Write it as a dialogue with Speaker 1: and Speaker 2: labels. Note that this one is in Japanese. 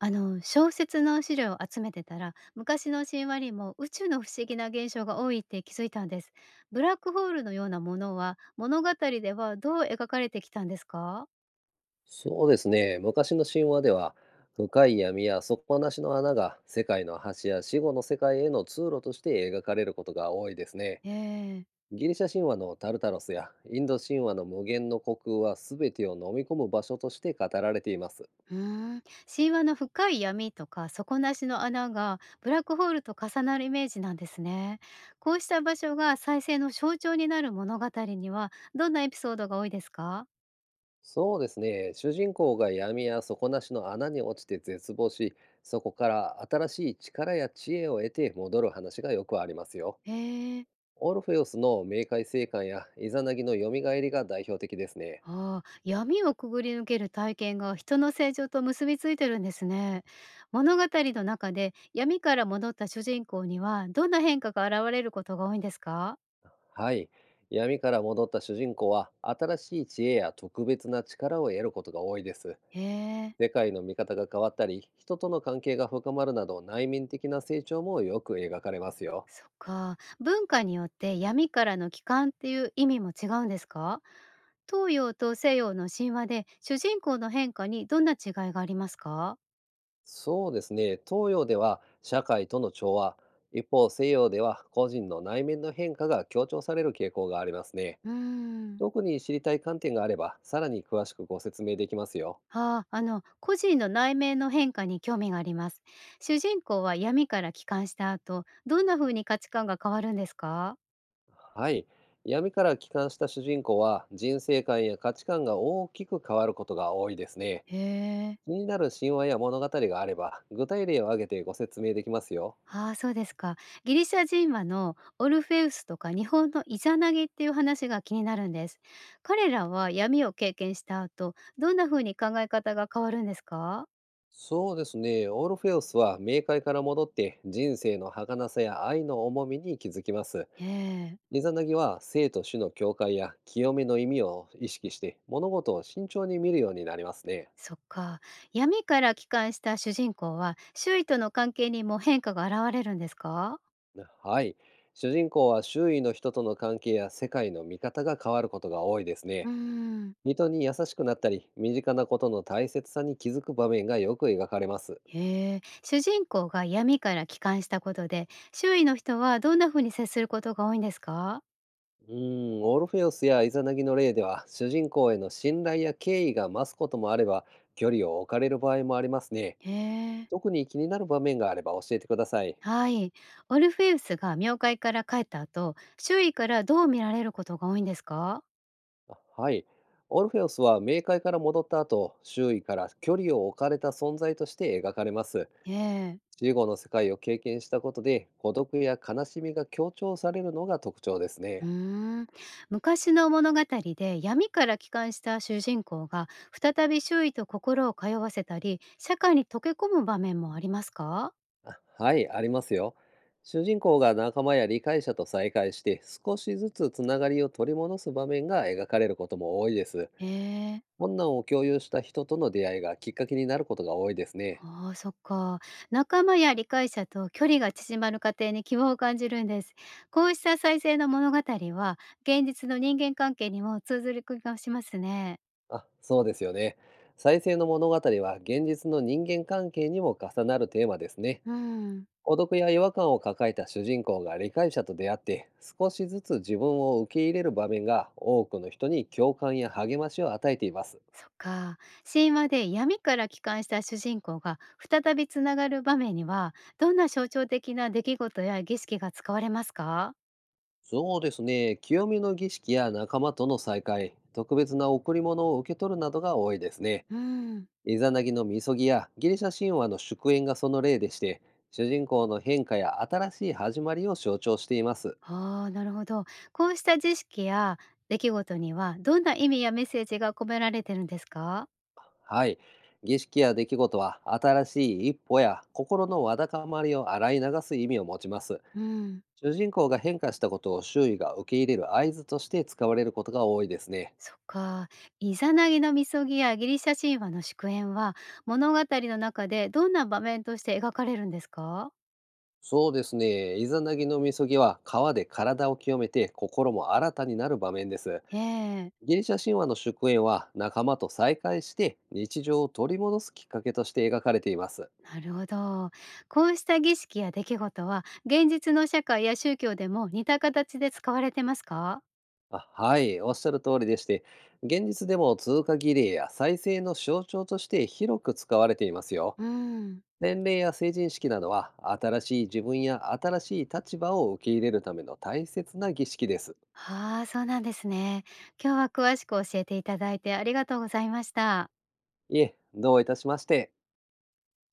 Speaker 1: あの小説の資料を集めてたら、昔の神話にも宇宙の不思議な現象が多いって気づいたんです。ブラックホールのようなものは物語ではどう描かれてきたんですか？
Speaker 2: そうですね。昔の神話では、深い闇や底なしの穴が世界の橋や死後の世界への通路として描かれることが多いですね。
Speaker 1: ええ。
Speaker 2: ギリシャ神話のタルタロスやインド神話の無限の虚空は全てを飲み込む場所として語られています。
Speaker 1: うーん。神話の深い闇とか底なしの穴がブラックホールと重なるイメージなんですね。こうした場所が再生の象徴になる物語にはどんなエピソードが多いですか？
Speaker 2: そうですね。主人公が闇や底なしの穴に落ちて絶望し、そこから新しい力や知恵を得て戻る話がよくありますよ。
Speaker 1: ええ。
Speaker 2: オルフェウスの冥界生還やイザナギの蘇りが代表的ですね。
Speaker 1: ああ、闇をくぐり抜ける体験が人の成長と結びついてるんですね。物語の中で闇から戻った主人公にはどんな変化が現れることが多いんですか？
Speaker 2: はい。闇から戻った主人公は、新しい知恵や特別な力を得ることが多いです。
Speaker 1: へえ。
Speaker 2: 世界の見方が変わったり、人との関係が深まるなど、内面的な成長もよく描かれますよ。
Speaker 1: そっか。文化によって闇からの帰還っていう意味も違うんですか？東洋と西洋の神話で主人公の変化にどんな違いがありますか？
Speaker 2: そうですね。東洋では社会との調和、一方西洋では個人の内面の変化が強調される傾向がありますね。
Speaker 1: うーん。
Speaker 2: 特に知りたい観点があれば、さらに詳しくご説明できますよ。
Speaker 1: ああ、個人の内面の変化に興味があります。主人公は闇から帰還した後、どんな風に価値観が変わるんですか？
Speaker 2: はい。闇から帰還した主人公は人生観や価値観が大きく変わることが多いですね。
Speaker 1: へえ。
Speaker 2: 気になる神話や物語があれば具体例を挙げてご説明できますよ。
Speaker 1: ああ、そうですか。ギリシャ神話のオルフェウスとか日本のイザナギっていう話が気になるんです。彼らは闇を経験した後、どんな風に考え方が変わるんですか？
Speaker 2: そうですね。オルフェウスは冥界から戻って人生の儚さや愛の重みに気づきます。
Speaker 1: ええ。
Speaker 2: リザナギは生と死の境界や清めの意味を意識して物事を慎重に見るようになりますね。
Speaker 1: そっか。闇から帰還した主人公は、周囲との関係にも変化が現れるんですか？
Speaker 2: はい。主人公は周囲の人との関係や世界の見方が変わることが多いです
Speaker 1: うー
Speaker 2: ね。
Speaker 1: ん。
Speaker 2: 人に優しくなったり身近なことの大切さに気づく場面がよく描かれます。
Speaker 1: へえ、主人公が闇から帰還したことで、周囲の人はどんな風に接することが多いんですか？
Speaker 2: うーん、オルフェウスやイザナギの例では主人公への信頼や敬意が増すこともあれば、距離を置かれる場合もありますね。
Speaker 1: へえ、
Speaker 2: 特に気になる場面があれば教えてください。
Speaker 1: はい。オルフェウスが冥界から帰った後、周囲からどう見られることが多いんですか？
Speaker 2: あ、はい。オルフェウスは冥界から戻った後、周囲から距離を置かれた存在として描かれます。
Speaker 1: ええ、
Speaker 2: 死後の世界を経験したことで孤独や悲しみが強調されるのが特徴です
Speaker 1: う
Speaker 2: ね。
Speaker 1: ーん。昔の物語で闇から帰還した主人公が再び周囲と心を通わせたり、社会に溶け込む場面もありますか？
Speaker 2: はい、ありますよ。主人公が仲間や理解者と再会して少しずつつながりを取り戻す場面が描かれることも多いです。
Speaker 1: へえ。
Speaker 2: 困難を共有した人との出会いがきっかけになることが多いですね。
Speaker 1: ああ、そっか。仲間や理解者と距離が縮まる過程に希望を感じるんです。こうした再生の物語は、現実の人間関係にも通ずる気がしますね。
Speaker 2: あ、そうですよね。再生の物語は現実の人間関係にも重なるテーマですね。
Speaker 1: うん、
Speaker 2: 孤独や違和感を抱えた主人公が理解者と出会って少しずつ自分を受け入れる場面が多くの人に共感や励ましを与えています。
Speaker 1: そっか。神話で闇から帰還した主人公が再びつながる場面には、どんな象徴的な出来事や儀式が使われますか？
Speaker 2: そうですね。清めの儀式や仲間との再会、特別な贈り物を受け取るなどが多いですね。
Speaker 1: うん、
Speaker 2: イザナギのみそぎやギリシャ神話の祝宴がその例でして、主人公の変化や新しい始まりを象徴しています。
Speaker 1: ああ、なるほど。こうした儀識や出来事には、どんな意味やメッセージが込められてるんですか？
Speaker 2: はい。儀式や出来事は新しい一歩や心のわだかまりを洗い流す意味を持ちます。
Speaker 1: うん。
Speaker 2: 主人公が変化したことを周囲が受け入れる合図として使われることが多いですね。
Speaker 1: そっか。イザナギの禊やギリシャ神話の祝宴は物語の中でどんな場面として描かれるんですか？
Speaker 2: そうですね。イザナギのみそぎは川で体を清めて心も新たになる場面です。
Speaker 1: ええ。
Speaker 2: ギリシャ神話の祝宴は仲間と再会して日常を取り戻すきっかけとして描かれています。
Speaker 1: なるほど。こうした儀式や出来事は現実の社会や宗教でも似た形で使われてますか？
Speaker 2: あ、はい、おっしゃる通りでして、現実でも通過儀礼や再生の象徴として広く使われていますよ。
Speaker 1: うん。
Speaker 2: 年齢や成人式などは新しい自分や新しい立場を受け入れるための大切な儀式です。
Speaker 1: ああ、そうなんですね。今日は詳しく教えていただいて、ありがとうございました。
Speaker 2: いえ、どういたしまして。